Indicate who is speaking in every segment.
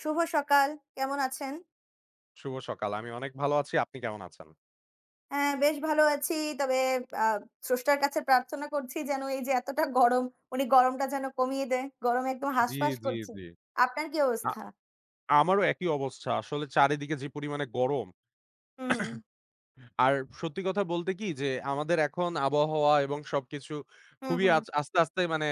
Speaker 1: শুভ সকাল। কেমন আছেন?
Speaker 2: শুভ সকাল। আমি অনেক ভালো আছি। আপনি কেমন আছেন?
Speaker 1: হ্যাঁ, বেশ ভালো আছি। তবে আ স্রষ্টার কাছে প্রার্থনা করছি যেন এই যে এতটা গরম, উনি গরমটা যেন কমিয়ে দেয়। গরমে একদম
Speaker 2: জি,
Speaker 1: হাঁসফাঁস
Speaker 2: জি,
Speaker 1: করছি।
Speaker 2: জি।
Speaker 1: আপনার কি
Speaker 2: আ
Speaker 1: অবস্থা?
Speaker 2: আমারও একই অবস্থা। আসলে চারিদিকে যে পরিমাণে গরম।
Speaker 1: হুম।
Speaker 2: আর সত্যি কথা বলতে কি যে আমাদের এখন আবহাওয়া এবং সবকিছু
Speaker 1: হু,
Speaker 2: খুবই
Speaker 1: হু।
Speaker 2: আস্তে, আস্তে মানে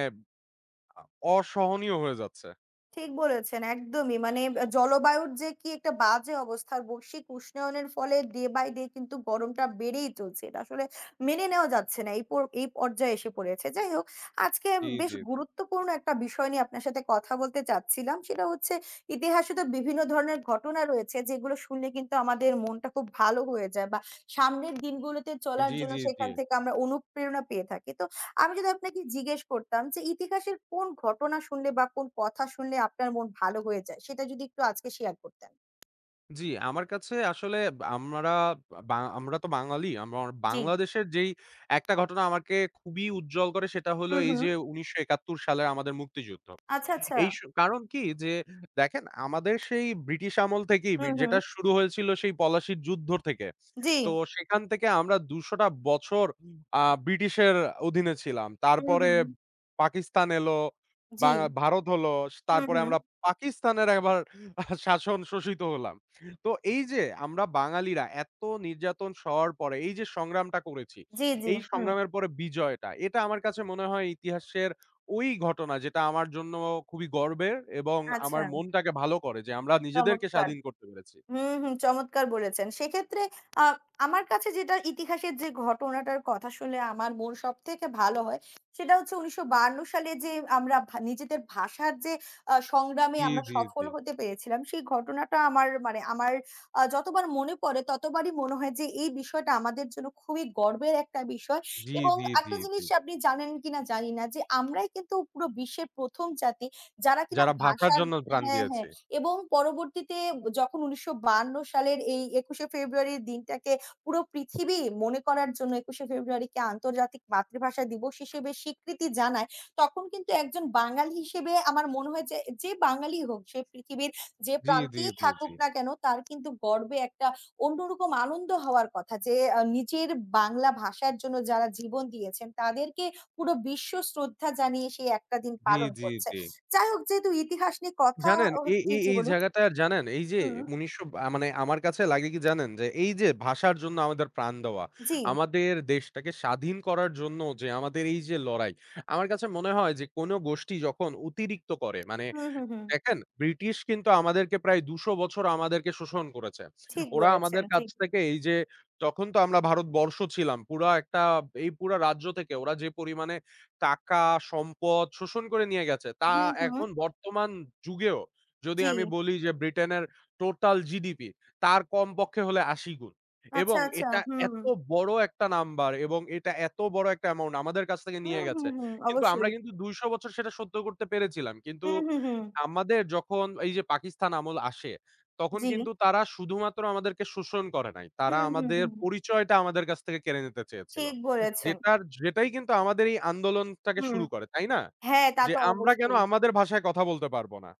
Speaker 2: আ অসহনীয় হয়ে যাচ্ছে।
Speaker 1: ঠিক বলেছেন একদমই। মানে জলবায়ুর যে কি একটা বাজে অবস্থা, বৈশ্বিক উষ্ণায়নের ফলে ডে বাই ডে কিন্তু গরমটা বেড়েই চলছে। এটা আসলে মেনে নেওয়া যাচ্ছে না। এই পর্যায়ে এসে পড়েছে। যাই হোক, আজকে
Speaker 2: জি,
Speaker 1: বেশ
Speaker 2: জি, জি।
Speaker 1: গুরুত্বপূর্ণ একটা বিষয় নিয়ে আপনার সাথে কথা বলতে চাচ্ছিলাম। সেটা হচ্ছে ইতিহাসে তো বিভিন্ন ধরনের ঘটনা রয়েছে যেগুলো শুনলে কিন্তু আমাদের মনটা খুব ভালো হয়ে যায় বা সামনের দিনগুলোতে চলার
Speaker 2: জি,
Speaker 1: জন্য
Speaker 2: জি, জি।
Speaker 1: সেখান থেকে আমরা অনুপ্রেরণা পেয়ে থাকি। তো আমি যদি আপনাকে জিজ্ঞেস করতাম যে ইতিহাসের কোন ঘটনা শুনলে বা কোন কথা শুনলে আপনার মন ভালো হয়ে যায়? সেটা যদি একটু আজকে শেয়ার করতেন।
Speaker 2: জি, আমার কাছে আসলে আমরা আমরা তো বাঙালি। আমার
Speaker 1: জি।
Speaker 2: বাংলাদেশের যেই একটা ঘটনা আমাকে খুবই উজ্জ্বল করে সেটা হলো
Speaker 1: হুম,
Speaker 2: এই
Speaker 1: হুম।
Speaker 2: যে ১৯৭১ সালের আমাদের মুক্তিযুদ্ধ।
Speaker 1: আচ্ছা, আচ্ছা।
Speaker 2: এই স কারণ কি যে দেখেন আমাদের সেই ব্রিটিশ আমল থেকেই
Speaker 1: হুম, হুম।
Speaker 2: যেটা শুরু হয়েছিল সেই পলাশির যুদ্ধ থেকে।
Speaker 1: জি।
Speaker 2: তো সেখান থেকে আমরা ২০০ টা বছর ব্রিটিশের অধীনে ছিলাম।
Speaker 1: হুম,
Speaker 2: তারপরে
Speaker 1: হুম।
Speaker 2: পাকিস্তান এলো,
Speaker 1: জি।
Speaker 2: বা ভারত হলো,
Speaker 1: হুম,
Speaker 2: তারপরে
Speaker 1: হুম।
Speaker 2: আমরা পাকিস্তানের আবার শাসন শোষিত হলাম। তো এই যে আমরা বাঙালিরা এত নির্যাতন সওয়ার পরে এই যে সংগ্রামটা করেছি,
Speaker 1: জি, জি।
Speaker 2: এই
Speaker 1: হুম।
Speaker 2: সংগ্রামের পরে বিজয়টা এটা আমার কাছে মনে হয় ইতিহাসের ওই ঘটনা যেটা আমার জন্য খুবই গর্বের এবং আমার
Speaker 1: আচ্ছা।
Speaker 2: মনটাকে ভালো করে যে আমরা নিজেদেরকে
Speaker 1: চমৎকার।
Speaker 2: স্বাধীন করতে পেরেছি।
Speaker 1: হুম, হুম। চমৎকার বলেছেন। সেক্ষেত্রে আ আমার কাছে যেটা ইতিহাসের যে ঘটনাটার কথা শুনলে আমার মন সবথেকে ভালো হয়, সেটা হচ্ছে ১৯৫২ সালে যে আমরা নিজেদের ভাষার যে সংগ্রামে
Speaker 2: জি,
Speaker 1: আমরা
Speaker 2: জি,
Speaker 1: সফল
Speaker 2: জি।
Speaker 1: হতে পেরেছিলাম, সেই ঘটনাটা আমার মানে আমার যতবার মনে পড়ে ততবারই মনে হয় যে এই বিষয়টা আমাদের জন্য খুবই গর্বের একটা বিষয়
Speaker 2: জি,
Speaker 1: এবং
Speaker 2: জি, জি,
Speaker 1: একটা
Speaker 2: জি।
Speaker 1: জিনিস আপনি জানেন কিনা জানি না যে আমরাই কিন্তু পুরো বিশ্বের ১ম জাতি যারা কিনা
Speaker 2: যারা ভাষার
Speaker 1: ভাষার।
Speaker 2: জন্য প্রাণ
Speaker 1: হ্যাঁ,
Speaker 2: দিয়েছে।
Speaker 1: হ্যাঁ। এবং পরবর্তীতে যখন ১৯৫২ সালের এই ২১শে ফেব্রুয়ারির দিনটাকে পুরো পৃথিবী মনে করার জন্য ২১শে ফেব্রুয়ারিকে আন্তর্জাতিক মাতৃভাষা দিবস হিসেবে স্বীকৃতি জানায়, তখন কিন্তু একজন বাঙালি হিসেবে আমার মনে হয় যে, যে বাঙালি হোক সে পৃথিবীর যে
Speaker 2: জি, জি,
Speaker 1: প্রান্তেই
Speaker 2: জি, জি।
Speaker 1: থাকুক না কেন তার কিন্তু গর্বে একটা অন্যরকম আনন্দ হওয়ার কথা যে, নিজের বাংলা ভাষার জন্য যারা জীবন দিয়েছেন তাদেরকে পুরো বিশ্ব শ্রদ্ধা জানিয়ে সেই একটা দিন
Speaker 2: জি,
Speaker 1: পালন
Speaker 2: জি,
Speaker 1: করছে।
Speaker 2: জি।
Speaker 1: যাই হোক যেহেতু ইতিহাস নিয়ে কথা।
Speaker 2: জানেন
Speaker 1: অ
Speaker 2: এই
Speaker 1: জি,
Speaker 2: এই
Speaker 1: জি
Speaker 2: এই
Speaker 1: বলুন।
Speaker 2: জায়গাটা জানেন এই যে
Speaker 1: হুম,
Speaker 2: ১৯০০ মানে আমার কাছে লাগে কি জানেন যে এই যে ভাষার জন্য আমাদের প্রাণ দেওয়া,
Speaker 1: জি।
Speaker 2: আমাদের দেশটাকে স্বাধীন করার জন্য যে আমাদের এই যে লড়াই, আমার কাছে মনে হয় যে কোন গোষ্ঠী যখন অতিরিক্ত করে মানে
Speaker 1: হুম, হুম, হুম।
Speaker 2: দেখেন, ব্রিটিশ কিন্তু আমাদেরকে প্রায় ২০০ বছর আমাদেরকে শোষণ করেছে।
Speaker 1: ঠিক
Speaker 2: ওরা
Speaker 1: বলেছেন,
Speaker 2: আমাদের কাছ
Speaker 1: ঠিক।
Speaker 2: থেকে এই যে তখন তো আমরা ভারতবর্ষ ছিলাম। পুরা একটা এই পুরা রাজ্য থেকে ওরা যে পরিমাণে টাকা, সম্পদ শোষণ করে নিয়ে গেছে, তা
Speaker 1: হুম, হুম।
Speaker 2: এখন বর্তমান যুগেও যদি
Speaker 1: জি।
Speaker 2: আমি বলি যে ব্রিটেনের টোটাল জিডিপি তার কমপক্ষে হলে ৮০ গুণ।
Speaker 1: আচ্ছা,
Speaker 2: এবং
Speaker 1: আচ্ছা।
Speaker 2: এটা
Speaker 1: হুম।
Speaker 2: এত বড় একটা নাম্বার এবং এটা এত বড় একটা অ্যামাউন্ট আমাদের কাছ থেকে নিয়ে
Speaker 1: হুম, হুম,
Speaker 2: গেছে।
Speaker 1: হুম।
Speaker 2: কিন্তু আমরা
Speaker 1: অবশ্যই।
Speaker 2: কিন্তু ২০০ বছর সেটা সহ্য করতে পেরেছিলাম। কিন্তু
Speaker 1: হুম, হুম, হুম।
Speaker 2: আমাদের যখন এই যে পাকিস্তান আমল আসে, তখন
Speaker 1: জি।
Speaker 2: কিন্তু তারা শুধুমাত্র আমাদেরকে শোষণ করে নাই। তারা
Speaker 1: হুম, হুম,
Speaker 2: আমাদের
Speaker 1: হুম।
Speaker 2: পরিচয়টা আমাদের কাছ থেকে কেড়ে নিতে চেয়েছিল।
Speaker 1: ঠিক বলেছেন।
Speaker 2: যেটার যেটাই কিন্তু আমাদের এই আন্দোলনটাকে
Speaker 1: হুম।
Speaker 2: শুরু করে, তাই না?
Speaker 1: হ্যাঁ, তা
Speaker 2: যে
Speaker 1: তো
Speaker 2: আমরা কেন
Speaker 1: অবশ্যই।
Speaker 2: আমাদের ভাষায় কথা বলতে পারব না?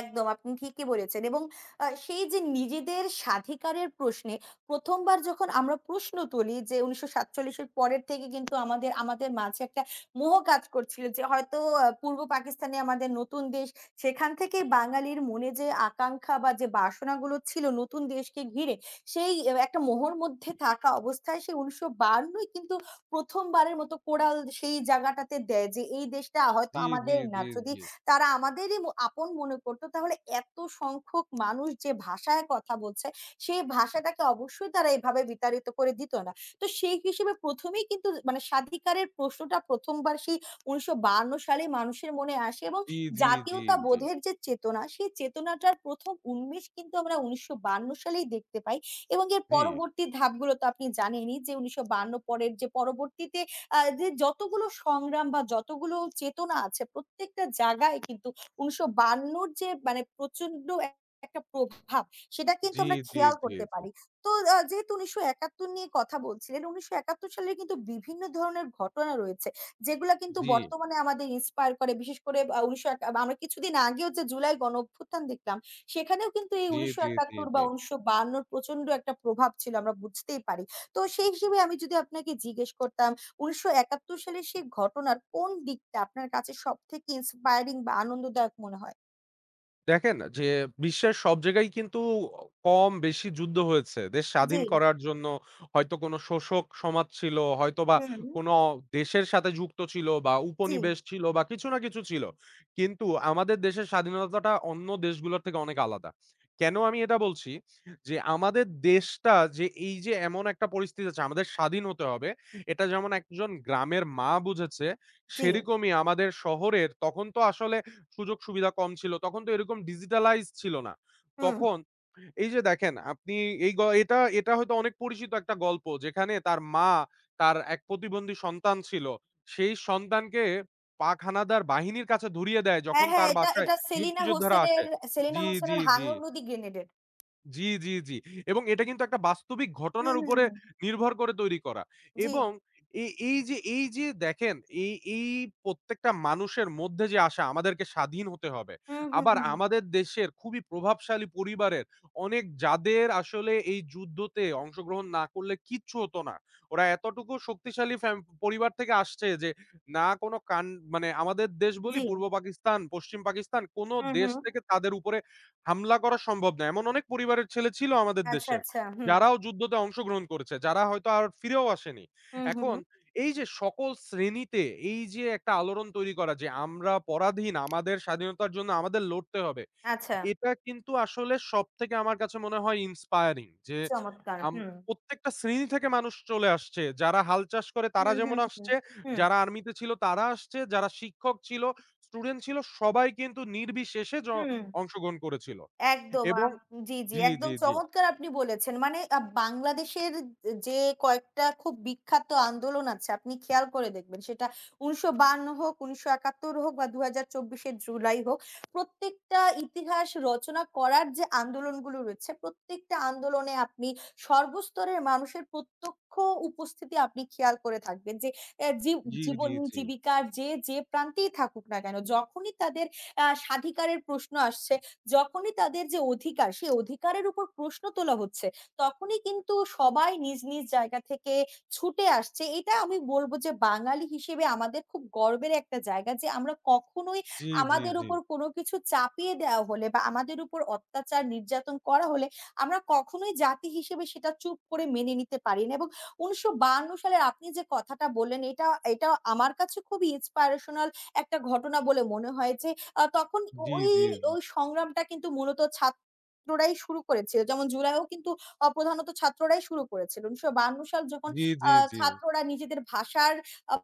Speaker 1: একদম আপনি ঠিকই বলেছেন এবং সেই যে নিজেদের স্বাধিকারের প্রশ্নে ১ম বার যখন আমরা প্রশ্ন তুলি যে ১৯৪৭ এর পরের থেকে কিন্তু আমাদের আমাদের মাঝে একটা মোহ কাজ করছিল যে হয়তো পূর্ব পাকিস্তানে আমাদের নতুন দেশ সেখান থেকে বাঙালির মনে যে আকাঙ্খা বা যে বাসনাগুলো ছিল নতুন দেশকে ঘিরে সেই একটা মোহর মধ্যে থাকা অবস্থায় সেই ১৯৫২ ই কিন্তু ১ম বারের মতো কোরাল সেই জায়গাটাতে দেয় যে এই দেশটা হয়তো
Speaker 2: জি, জি,
Speaker 1: আমাদের না।
Speaker 2: জি,
Speaker 1: যদি
Speaker 2: জি।
Speaker 1: তারা আমাদেরই আপন মনে করত। তাহলে এত সংখ্যক মানুষ যে ভাষায় কথা বলছে, সেই ভাষাটাকে অবশ্যই তারা এভাবে বিতাড়িত করে দিত না। তো সেই হিসেবে ১ম এই কিন্তু মানে স্বাধিকারের প্রশ্নটা ১ম বার সেই ১৯৫২ সালে মানুষের মনে আসে এবং
Speaker 2: জি, জি, জি,
Speaker 1: জাতীয়তা
Speaker 2: জি।
Speaker 1: বোধের যে চেতনা, সেই চেতনাটার ১ম উন্মেষ কিন্তু আমরা ১৯৫২ সালেই দেখতে পাই এবং এর
Speaker 2: জি,
Speaker 1: পরবর্তী ধাপগুলো তো আপনি জানেনই যে ১৯৫২ পরের যে পরবর্তীতে যে যতগুলো সংগ্রাম বা যতগুলো চেতনা আছে প্রত্যেকটা জায়গায় কিন্তু ১৯৫২র যে মানে প্রচন্ড একটা প্রভাব সেটা কিন্তু
Speaker 2: জি,
Speaker 1: আমরা
Speaker 2: জি,
Speaker 1: খেয়াল
Speaker 2: জি।
Speaker 1: করতে পারি। তো যেহেতু ১৯৭১ নিয়ে কথা বলছিলেন, ১৯৭১ সালে কিন্তু বিভিন্ন ধরনের ঘটনা রয়েছে। যেগুলা কিন্তু
Speaker 2: জি,
Speaker 1: বর্তমানে আমাদের ইন্সপায়ার করে। বিশেষ করে ১৯০১ আমরা কিছুদিন আগেও যে জুলাই গণঅভ্যুত্থান দেখলাম, সেখানেও কিন্তু এই
Speaker 2: জি, জি, জি।
Speaker 1: ১৯৭১
Speaker 2: জি
Speaker 1: বা ১৯৫২র প্রচন্ড একটা প্রভাব ছিল আমরা বুঝতেই পারি। তো সেই হিসেবে আমি যদি আপনাকে জিজ্ঞেস করতাম ১৯৭১ সালের সেই ঘটনার কোন দিকটা আপনার কাছে সবথেকে ইন্সপায়ারিং বা আনন্দদায়ক মনে হয়?
Speaker 2: দেখেন যে বিশ্বের সব জায়গায় কিন্তু কম বেশি যুদ্ধ হয়েছে। দেশ
Speaker 1: জি,
Speaker 2: স্বাধীন করার জন্য হয়তো কোনো শোষক সমাজ ছিল, হয়তোবা
Speaker 1: হুম,
Speaker 2: কোনো দেশের সাথে যুক্ত ছিল বা
Speaker 1: জি,
Speaker 2: উপনিবেশ ছিল বা কিছু না কিছু ছিল। কিন্তু আমাদের দেশের স্বাধীনতাটা অন্য দেশগুলোর থেকে অনেক আলাদা। কেন আমি এটা বলছি? যে আমাদের দেশটা যে এই যে এমন একটা পরিস্থিতি আছে আমাদের স্বাধীন হতে হবে। এটা যেমন একজন গ্রামের মা বুঝেছে,
Speaker 1: জি,
Speaker 2: সেরকমই আমাদের শহরের তখন তো আসলে সুযোগ সুবিধা কম ছিল। তখন তো এরকম ডিজিটালাইজ ছিল না।
Speaker 1: হুম।
Speaker 2: তখন এই যে দেখেন আপনি এই গ এটা এটা হয়তো অনেক পরিচিত একটা গল্প যেখানে তার মা তার এক প্রতিবন্ধী সন্তান ছিল। সেই সন্তানকে পাক হানাদার বাহিনীর কাছে ধরিয়ে দেয়
Speaker 1: হ্যাঁ,
Speaker 2: যখন
Speaker 1: হ্যাঁ,
Speaker 2: তার
Speaker 1: এটা
Speaker 2: বাসায়
Speaker 1: এটা সেলিনা
Speaker 2: মুক্তিযোদ্ধারা আসে।
Speaker 1: হোসেনের সেলিনা
Speaker 2: জি, জি,
Speaker 1: হোসেনের
Speaker 2: জি।
Speaker 1: 'হাঙর নদী গ্রেনেডেড'।
Speaker 2: জি, জি, জি। এবং এটা কিন্তু একটা বাস্তবিক
Speaker 1: হুম,
Speaker 2: ঘটনার
Speaker 1: হুম,
Speaker 2: উপরে
Speaker 1: হুম।
Speaker 2: নির্ভর করে তৈরি করা।
Speaker 1: জি,
Speaker 2: এবং এ এই যে দেখেন এই এই প্রত্যেকটা মানুষের মধ্যে যে আশা আমাদেরকে স্বাধীন হতে হবে।
Speaker 1: হুম, হুম,
Speaker 2: আবার
Speaker 1: হুম।
Speaker 2: আমাদের দেশের খুবই প্রভাবশালী পরিবারের অনেক যাদের আসলে এই যুদ্ধতে অংশগ্রহণ না করলে কিচ্ছু হতো না। ওরা এতটুকু শক্তিশালী পরিবার থেকে আসছে যে না কোনো কান মানে আমাদের দেশ বলি
Speaker 1: জি,
Speaker 2: পূর্ব পাকিস্তান, পশ্চিম পাকিস্তান কোনো
Speaker 1: হুম,
Speaker 2: দেশ
Speaker 1: হুম।
Speaker 2: থেকে তাদের উপরে হামলা করা সম্ভব না। এমন অনেক পরিবারের ছেলে ছিল আমাদের
Speaker 1: আচ্ছা,
Speaker 2: দেশের।
Speaker 1: আচ্ছা, হুম,
Speaker 2: যারাও যুদ্ধতে অংশগ্রহণ করেছে। যারা হয়তো আর ফিরেও আসেনি।
Speaker 1: হুম, হুম,
Speaker 2: এখন
Speaker 1: হুম।
Speaker 2: এই যে সকল শ্রেণীতে এই যে একটা আলোড়ন তৈরি করা যে আমরা পরাধীন, আমাদের স্বাধীনতার জন্য আমাদের লড়তে হবে।
Speaker 1: আচ্ছা,
Speaker 2: এটা কিন্তু আসলে সবথেকে আমার কাছে মনে হয় ইন্সপায়ারিং যে
Speaker 1: চমৎকার!
Speaker 2: আম
Speaker 1: হুম,
Speaker 2: প্রত্যেকটা শ্রেণী থেকে মানুষ চলে আসছে। যারা হাল চাষ করে
Speaker 1: হুম,
Speaker 2: তারা
Speaker 1: হুম,
Speaker 2: যেমন
Speaker 1: হুম,
Speaker 2: আসছে, যারা আর্মিতে ছিল তারা আসছে, যারা শিক্ষক ছিল, স্টুডেন্ট ছিল সবাই কিন্তু নির্বিশেষে
Speaker 1: হুম, হুম।
Speaker 2: অংশগ্রহণ করেছিল
Speaker 1: একদম
Speaker 2: এবং
Speaker 1: আম জি, জি,
Speaker 2: জি,
Speaker 1: একদম
Speaker 2: জি, জি,
Speaker 1: চমৎকার আপনি বলেছেন। মানে বাংলাদেশের যে কয়েকটা খুব বিখ্যাত আন্দোলন আছে আপনি খেয়াল করে দেখবেন সেটা ১৯৫২ হোক, ১৯৭১ হোক বা ২০২৪ এর জুলাই হোক। প্রত্যেকটা ইতিহাস রচনা করার যে আন্দোলনগুলো রয়েছে প্রত্যেকটা আন্দোলনে আপনি সর্বস্তরের মানুষের প্রত্যক্ষ উপস্থিতি আপনি খেয়াল করে থাকবেন যে এ জীব
Speaker 2: জি,
Speaker 1: জীবন
Speaker 2: জি, জি,
Speaker 1: জীবিকার যে, যে প্রান্তেই থাকুক না কেন যখনই তাদের স্বাধিকারের প্রশ্ন আসছে যখনই তাদের যে অধিকার সেই অধিকারের উপর প্রশ্ন তোলা হচ্ছে তখনই কিন্তু সবাই নিজ নিজ জায়গা থেকে ছুটে আসছে। এটা আমি বলব যে বাঙালি হিসেবে আমাদের খুব গর্বের একটা জায়গা যে আমরা কখনোই
Speaker 2: জি, জি,
Speaker 1: আমাদের
Speaker 2: জি,
Speaker 1: উপর কোনো কিছু চাপিয়ে দেওয়া হলে বা আমাদের উপর অত্যাচার নির্যাতন করা হলে আমরা কখনোই জাতি হিসেবে সেটা চুপ করে মেনে নিতে পারি না এবং ১৯৫২ সালের আপনি যে কথাটা বললেন এটা এটা আমার কাছে খুবই inspirational একটা ঘটনা বলে মনে হয় যে তখন ও
Speaker 2: জি,
Speaker 1: ওই
Speaker 2: জি, জি,
Speaker 1: ওই সংগ্রামটা কিন্তু মূলত ছাত্ররাই শুরু করেছিল। যেমন জুলাইও কিন্তু প্রধানত ছাত্ররাই শুরু করেছিল। ১৯৫২ সাল যখন
Speaker 2: জি,
Speaker 1: আ
Speaker 2: জি,
Speaker 1: ছাত্ররা নিজেদের ভাষার আ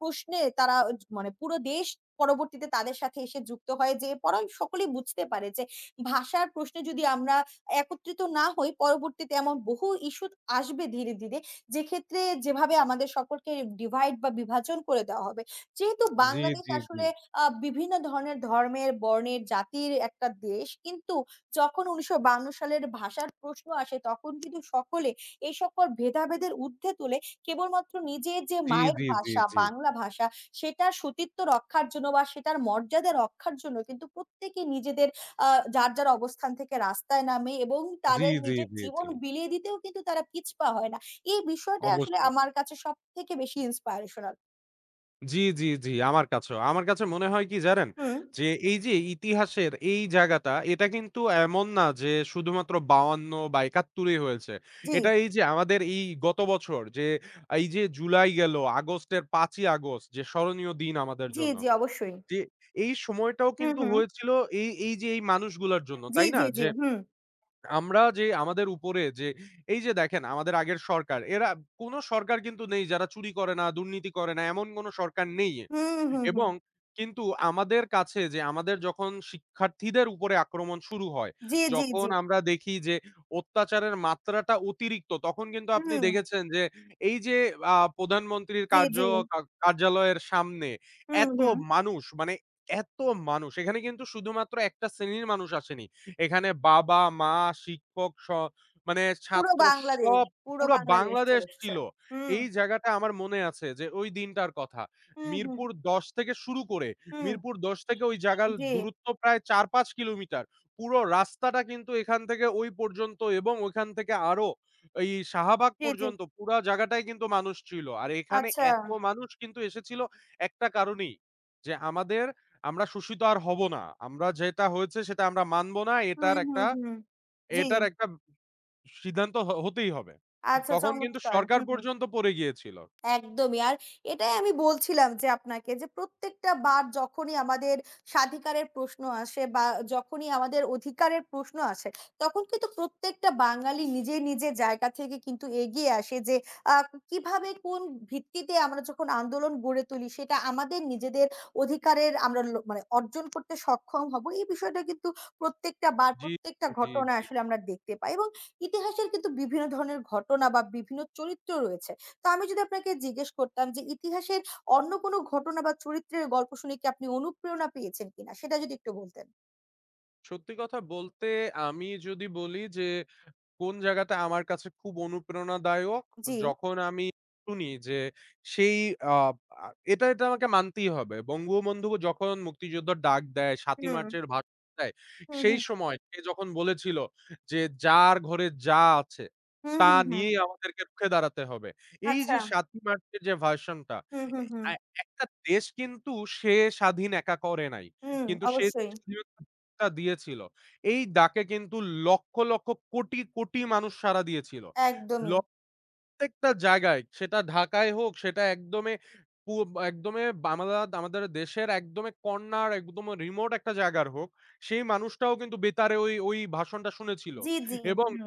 Speaker 1: প্রশ্নে তারা মানে পুরো দেশ পরবর্তীতে তাদের সাথে এসে যুক্ত হয় যে সকলেই বুঝতে পারে যে ভাষার প্রশ্নে যদি আমরা একত্রিত না হই পরবর্তীতে এমন বহু ইস্যু আসবে ধীরে, ধীরে। যেক্ষেত্রে যেভাবে আমাদের সকলকে ডিভাইড বা বিভাজন করে দেওয়া হবে যেহেতু
Speaker 2: জি,
Speaker 1: বাংলাদেশ
Speaker 2: জি,
Speaker 1: আসলে বিভিন্ন ধরনের ধর্মের, বর্ণের, জাতির একটা দেশ। কিন্তু যখন ১৯৫২ সালের ভাষার প্রশ্ন আসে তখন কিন্তু সকলে এই সকল ভেদাভেদের ঊর্ধ্বে তুলে কেবলমাত্র নিজের যে
Speaker 2: জি,
Speaker 1: মায়ের
Speaker 2: জি, জি,
Speaker 1: ভাষা,
Speaker 2: জি,
Speaker 1: বাংলা ভাষা সেটার সতীত্ব রক্ষার জন্য বা সেটার মর্যাদা রক্ষার জন্য কিন্তু প্রত্যেকে নিজেদের আ যার, যার অবস্থান থেকে রাস্তায় নামে এবং
Speaker 2: জি, জি,
Speaker 1: তাদের
Speaker 2: জি,
Speaker 1: নিজের
Speaker 2: জি, জি, জি,
Speaker 1: জীবন বিলিয়ে দিতেও কিন্তু তারা পিছপা হয় না। এই বিষয়টা আসলে
Speaker 2: অবশ্যই।
Speaker 1: আমার কাছে সবথেকে বেশি ইন্সপায়ারেশনাল।
Speaker 2: জি, জি, জি। আমার কাছেও। আমার কাছে মনে হয় কি জানেন?
Speaker 1: হুম।
Speaker 2: যে এই যে ইতিহাসের এই জায়গাটা এটা কিন্তু এমন না যে শুধুমাত্র ৫২ বা ৭১ ই হয়েছে।
Speaker 1: জি।
Speaker 2: এটা এই যে আমাদের এই গত বছর যে এই যে জুলাই গেল, আগস্টের ৫ ই আগস্ট যে স্মরণীয় দিন আমাদের
Speaker 1: জি,
Speaker 2: জন্য।
Speaker 1: জি অবশ্যই।
Speaker 2: যে এই সময়টাও
Speaker 1: হুম,
Speaker 2: কিন্তু
Speaker 1: হুম।
Speaker 2: হয়েছিল এই এই যে এই মানুষগুলার জন্য,
Speaker 1: জি,
Speaker 2: তাই না?
Speaker 1: জি, জি।
Speaker 2: যে
Speaker 1: হুম।
Speaker 2: আমরা যে আমাদের উপরে যে এই যে দেখেন আমাদের আগের সরকার এরা কোন সরকার কিন্তু নেই যারা চুরি করে না, দুর্নীতি করে না এমন কোন সরকার নেই।
Speaker 1: হুম, হুম, হুম।
Speaker 2: এবং কিন্তু আমাদের কাছে যে আমাদের যখন শিক্ষার্থীদের উপরে আক্রমণ শুরু হয়,
Speaker 1: জি, জি,
Speaker 2: যখন
Speaker 1: জি।
Speaker 2: আমরা দেখি যে অত্যাচারের মাত্রাটা অতিরিক্ত তখন কিন্তু আপনি
Speaker 1: হুম।
Speaker 2: দেখেছেন যে এই যে প্রধানমন্ত্রীর
Speaker 1: জি,
Speaker 2: কার্য
Speaker 1: জি।
Speaker 2: কা কার্যালয়ের সামনে
Speaker 1: হুম,
Speaker 2: এত
Speaker 1: হুম।
Speaker 2: মানুষ মানে এত মানুষ এখানে কিন্তু শুধুমাত্র একটা শ্রেণীর মানুষ আসেনি। এখানে বাবা, মা, শিক্ষক স মানে
Speaker 1: পুরো
Speaker 2: ছাত্র
Speaker 1: বাংলাদেশ,
Speaker 2: সব
Speaker 1: পুরো
Speaker 2: পুরা
Speaker 1: বাংলাদেশ
Speaker 2: বাংলাদেশ
Speaker 1: চলে এসছে।
Speaker 2: ছিল।
Speaker 1: হুম।
Speaker 2: এই জায়গাটা আমার মনে আছে যে ওই দিনটার কথা।
Speaker 1: হুম, হুম,
Speaker 2: মিরপুর ১০ থেকে শুরু করে
Speaker 1: হুম।
Speaker 2: মিরপুর ১০ থেকে ওই জায়গার
Speaker 1: জি, জি,
Speaker 2: দূরত্ব প্রায় ৪-৫ কিলোমিটার। পুরো রাস্তাটা কিন্তু এখান থেকে ওই পর্যন্ত এবং ওইখান থেকে আরো এই শাহবাগ
Speaker 1: জি।
Speaker 2: পর্যন্ত পুরা জায়গাটাই কিন্তু মানুষ ছিল। আর এখানে
Speaker 1: আচ্ছা।
Speaker 2: এত মানুষ কিন্তু এসেছিল একটা কারণেই যে আমাদের আমরা শোষিত আর হব না। আমরা যেটা হয়েছে সেটা আমরা মানব না। এটার
Speaker 1: হুম, হুম,
Speaker 2: একটা
Speaker 1: হুম। জি।
Speaker 2: এটার একটা সিদ্ধান্ত হতেই হবে।
Speaker 1: আচ্ছা
Speaker 2: তখন কিন্তু
Speaker 1: চমৎকার।
Speaker 2: সরকার
Speaker 1: হুম।
Speaker 2: পর্যন্ত পড়ে গিয়েছিল।
Speaker 1: একদমই। আর এটাই আমি বলছিলাম যে আপনাকে যে প্রত্যেকটা বার যখনই আমাদের স্বাধিকারের প্রশ্ন আসে বা যখনই আমাদের অধিকারের প্রশ্ন আসে, তখন কিন্তু প্রত্যেকটা বাঙালি নিজের, নিজের জায়গা থেকে কিন্তু এগিয়ে আসে যে আ কিভাবে কোন ভিত্তিতে আমরা যখন আন্দোলন গড়ে তুলি সেটা আমাদের নিজেদের অধিকারের আমরা মানে অর্জন করতে সক্ষম হবো। এই বিষয়টা কিন্তু প্রত্যেকটা বার
Speaker 2: জি,
Speaker 1: প্রত্যেকটা
Speaker 2: জি,
Speaker 1: ঘটনা
Speaker 2: জি।
Speaker 1: আসলে আমরা দেখতে পাই এবং ইতিহাসের কিন্তু বিভিন্ন ধরনের ঘটনা বা বিভিন্ন চরিত্র রয়েছে। তো আমি যদি আপনাকে জিজ্ঞেস করতাম যে ইতিহাসের অন্য কোনো ঘটনা বা চরিত্রের গল্প শুনে কি আপনি অনুপ্রেরণা পেয়েছেন কিনা? সেটা যদি একটু বলতেন।
Speaker 2: সত্যি কথা বলতে আমি যদি বলি যে কোন জায়গাতে আমার কাছে খুব অনুপ্রেরণাদায়ক
Speaker 1: জি।
Speaker 2: যখন আমি শুনি যে সেই আ আ এটা আমাকে মানতেই হবে। বঙ্গবন্ধু যখন মুক্তিযুদ্ধের ডাক দেয়, ৭ই
Speaker 1: হুম।
Speaker 2: মার্চের ভাষণ দেয়,
Speaker 1: হুম,
Speaker 2: সেই
Speaker 1: হুম।
Speaker 2: সময় সে যখন বলেছিল যে, "যার ঘরে যা আছে
Speaker 1: হুম,
Speaker 2: তা
Speaker 1: হুম, হুম।
Speaker 2: নিয়েই আমাদেরকে রুখে দাঁড়াতে হবে।" এই যে
Speaker 1: আচ্ছা।
Speaker 2: ৭ই মার্চের যে ভাষণটা,
Speaker 1: হুম,
Speaker 2: এ
Speaker 1: হুম, হুম।
Speaker 2: আ একটা দেশ কিন্তু সে স্বাধীন একা করে নাই।
Speaker 1: হুম,
Speaker 2: কিন্তু সে
Speaker 1: অবশ্যই।
Speaker 2: স্বাধীনতা দিয়েছিল। এই ডাকে কিন্তু লক্ষ, লক্ষ কোটি, কোটি মানুষ সাড়া দিয়েছিল। ল
Speaker 1: একদমই।
Speaker 2: প্রত্যেকটা জায়গায়, সেটা ঢাকায় হোক, সেটা পু একদমে আমারা আমাদের আমাদের দেশের একদমে কর্নার, একদম রিমোট একটা জায়গার হোক, সেই মানুষটাও কিন্তু বেতারে ওই, ওই ভাষণটা শুনেছিল
Speaker 1: জি, জি।
Speaker 2: এবং
Speaker 1: হুম।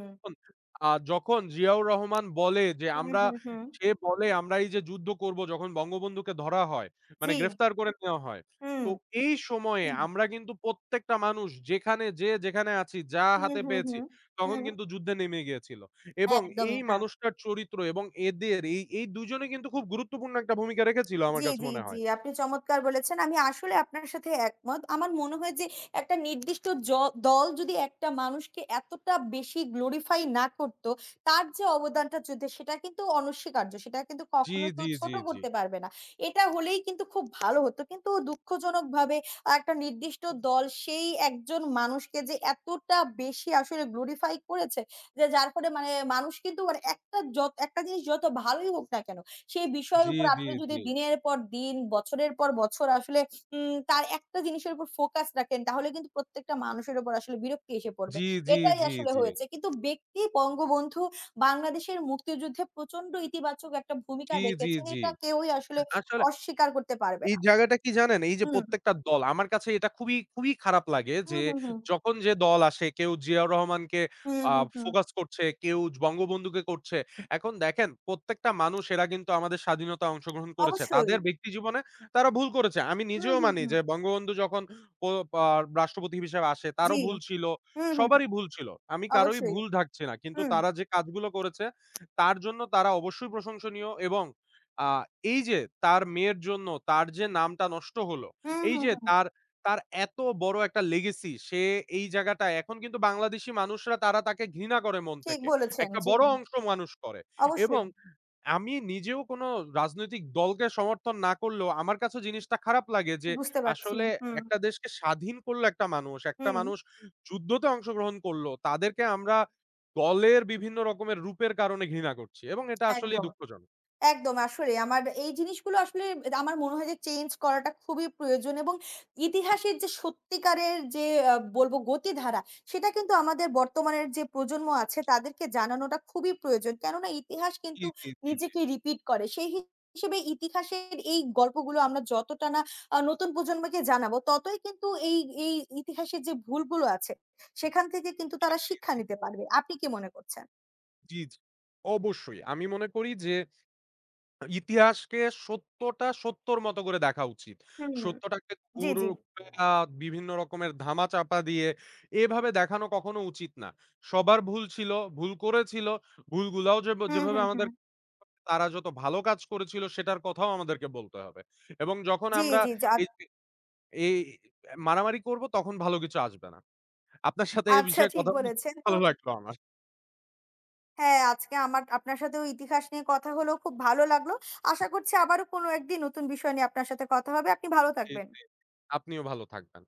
Speaker 2: যখন জিয়াউর রহমান বলে যে,
Speaker 1: হুম, হুম, হুম।
Speaker 2: "আমরা এই যে যুদ্ধ করব" যখন বঙ্গবন্ধুকে ধরা হয়, মানে
Speaker 1: জি।
Speaker 2: গ্রেফতার করে নেওয়া হয়।
Speaker 1: হুম।
Speaker 2: তো এই সময়ে আমরা কিন্তু প্রত্যেকটা মানুষ যেখানে যেখানে আছি, যা
Speaker 1: হুম, হুম,
Speaker 2: হাতে
Speaker 1: হুম,
Speaker 2: পেয়েছি,
Speaker 1: হুম।
Speaker 2: তখন
Speaker 1: হুম।
Speaker 2: কিন্তু যুদ্ধে নেমে গিয়েছিল। এবং এই
Speaker 1: একদমই, হ্যাঁ।
Speaker 2: মানুষটার চরিত্র এবং এদের এই, এই দুজনে কিন্তু খুব গুরুত্বপূর্ণ একটা ভূমিকা রেখেছিল আমার
Speaker 1: জি,
Speaker 2: কাছে
Speaker 1: জি,
Speaker 2: মনে
Speaker 1: জি।
Speaker 2: হয়।
Speaker 1: আপনি চমৎকার বলেছেন। আমি আসলে আপনার সাথে একমত। আমার মনে হয় যে একটা নির্দিষ্ট দল যদি একটা মানুষকে এতটা বেশি glorify না করত, তার যে অবদানটা যুদ্ধে সেটা কিন্তু অনস্বীকার্য। সেটা কিন্তু
Speaker 2: জি,
Speaker 1: কখনো কেউ
Speaker 2: জি, জি,
Speaker 1: ছোট
Speaker 2: জি।
Speaker 1: করতে পারবে না। এটা হলেই কিন্তু খুব ভালো হতো। কিন্তু দুঃখজনকভাবে একটা নির্দিষ্ট দল সেই একজন মানুষকে যে এতটা বেশি আসলে glorify করেছে যে যার ফলে মানে মানুষ কিন্তু মানে একটা যত একটা জিনিস যত ভালোই হোক না কেন সেই বিষয়ের
Speaker 2: জি,
Speaker 1: উপর
Speaker 2: জি,
Speaker 1: আপনি যদি
Speaker 2: জি।
Speaker 1: দিনের পর দিন, বছরের পর বছর আসলে তার একটা জিনিসের উপর ফোকাস রাখেন তাহলে কিন্তু প্রত্যেকটা মানুষের উপর আসলে বিরক্তি এসে পড়বে।
Speaker 2: জি, জি,
Speaker 1: এটাই
Speaker 2: জি,
Speaker 1: আসলে
Speaker 2: জি।
Speaker 1: হয়েছে। কিন্তু ব্যক্তি বঙ্গবন্ধু বাংলাদেশের মুক্তিযুদ্ধে প্রচন্ড ইতিবাচক একটা ভূমিকা
Speaker 2: জি, জি,
Speaker 1: রেখেছেন।
Speaker 2: জি।
Speaker 1: এটা কেউই আসলে
Speaker 2: আসলে
Speaker 1: অস্বীকার করতে পারবে
Speaker 2: এই
Speaker 1: না।
Speaker 2: জায়গাটা কি জানেন? এই যে
Speaker 1: হুম,
Speaker 2: প্রত্যেকটা দল আমার কাছে এটা খুবই, খুবই খারাপ লাগে
Speaker 1: হুম,
Speaker 2: যে
Speaker 1: হুম, হুম,
Speaker 2: যখন যে দল আসে কেউ জিয়াউর রহমানকে
Speaker 1: হুম,
Speaker 2: আ
Speaker 1: হুম, হুম।
Speaker 2: ফোকাস করছে, কেউ বঙ্গবন্ধুকে করছে। এখন দেখেন প্রত্যেকটা মানুষ এরা কিন্তু আমাদের স্বাধীনতায় অংশগ্রহণ করেছে।
Speaker 1: অবশ্যই।
Speaker 2: তাদের ব্যক্তি জীবনে তারা ভুল করেছে। আমি
Speaker 1: হুম,
Speaker 2: নিজেও
Speaker 1: হুম,
Speaker 2: মানি
Speaker 1: হুম।
Speaker 2: যে বঙ্গবন্ধু যখন প আ রাষ্ট্রপতি হিসেবে আসে
Speaker 1: জি।
Speaker 2: তারও ভুল ছিল।
Speaker 1: হুম, হুম।
Speaker 2: সবারই ভুল ছিল। আমি কারোই
Speaker 1: অবশ্যই।
Speaker 2: ভুল ঢাকছি না। কিন্তু
Speaker 1: হুম,
Speaker 2: তারা যে কাজগুলো করেছে তার জন্য তারা অবশ্যই প্রশংসনীয় এবং আ এই যে তার মেয়ের জন্য তার যে নামটা নষ্ট হলো,
Speaker 1: হুম,
Speaker 2: এই
Speaker 1: হুম,
Speaker 2: যে
Speaker 1: হুম।
Speaker 2: তার এত বড় একটা legacy সে এই জায়গাটায় এখন কিন্তু বাংলাদেশী মানুষরা তারা তাকে ঘৃণা করে মন
Speaker 1: ঠিক
Speaker 2: থেকে।
Speaker 1: বলেছেন।
Speaker 2: একটা
Speaker 1: জি,
Speaker 2: বড় অংশ মানুষ করে এবং
Speaker 1: অবশ্যই।
Speaker 2: আমি নিজেও কোনো রাজনৈতিক দলকে সমর্থন না করলেও আমার কাছে জিনিসটা খারাপ লাগে যে
Speaker 1: বুঝতে পারছি।
Speaker 2: আসলে
Speaker 1: হুম,
Speaker 2: একটা দেশকে স্বাধীন করলো একটা মানুষ, একটা
Speaker 1: হুম।
Speaker 2: মানুষ যুদ্ধতে অংশগ্রহণ করলো। তাদেরকে আমরা দলের বিভিন্ন রকমের রূপের কারণে ঘৃণা করছি এবং এটা আসলেই
Speaker 1: একদম,
Speaker 2: দুঃখজনক।
Speaker 1: একদম। আসলে আমার এই জিনিসগুলো আসলে আমার মনে হয় যে চেঞ্জ করাটা খুবই প্রয়োজন এবং ইতিহাসের যে সত্যিকারের যে বলবো গতিধারা সেটা কিন্তু আমাদের বর্তমানের যে প্রজন্ম আছে তাদেরকে জানানোটা খুবই প্রয়োজন। কেননা ইতিহাস
Speaker 2: জি,
Speaker 1: কিন্তু
Speaker 2: জি, জি।
Speaker 1: নিজেকে রিপিট করে। সেই হিসেবে ইতিহাসের এই গল্পগুলো আমরা যতটা না নতুন প্রজন্মকে জানাবো ততই কিন্তু এই ইতিহাসের যে ভুলগুলো আছে সেখান থেকে কিন্তু তারা শিক্ষা নিতে পারবে। আপনি কি মনে করছেন?
Speaker 2: জি, জি। অবশ্যই। আমি মনে করি যে ইতিহাসকে সত্যটা সত্যর মতো করে দেখা উচিত।
Speaker 1: হুম,
Speaker 2: সত্যটাকে
Speaker 1: জি,
Speaker 2: ঘুর
Speaker 1: জি।
Speaker 2: আ বিভিন্ন রকমের ধামাচাপা দিয়ে এভাবে দেখানো কখনো উচিত না। সবার ভুল ছিল, ভুল করেছিল। ভুলগুলাও যেভ
Speaker 1: হুম,
Speaker 2: যেভাবে
Speaker 1: হুম,
Speaker 2: আমাদের
Speaker 1: হুম।
Speaker 2: তারা যত ভালো কাজ করেছিল সেটার কথাও আমাদেরকে বলতে হবে। এবং যখন
Speaker 1: জি,
Speaker 2: আমরা
Speaker 1: জি, জি।
Speaker 2: এই যে এই মারামারি করব তখন ভালো কিছু আসবে না। আপনার সাথে এ
Speaker 1: আচ্ছা
Speaker 2: বিষয়ে
Speaker 1: ঠিক
Speaker 2: কথা বলে
Speaker 1: বলেছেন। তো
Speaker 2: ভালো লাগলো আমার।
Speaker 1: হ্যাঁ, আজকে আমার আপনার সাথেও ইতিহাস নিয়ে কথা হলো। খুব ভালো লাগলো। আশা করছি আবারও কোনো একদিন নতুন বিষয় নিয়ে আপনার সাথে কথা হবে। আপনি ভালো
Speaker 2: জি,
Speaker 1: থাকবেন।
Speaker 2: জি। আপনিও ভালো থাকবেন।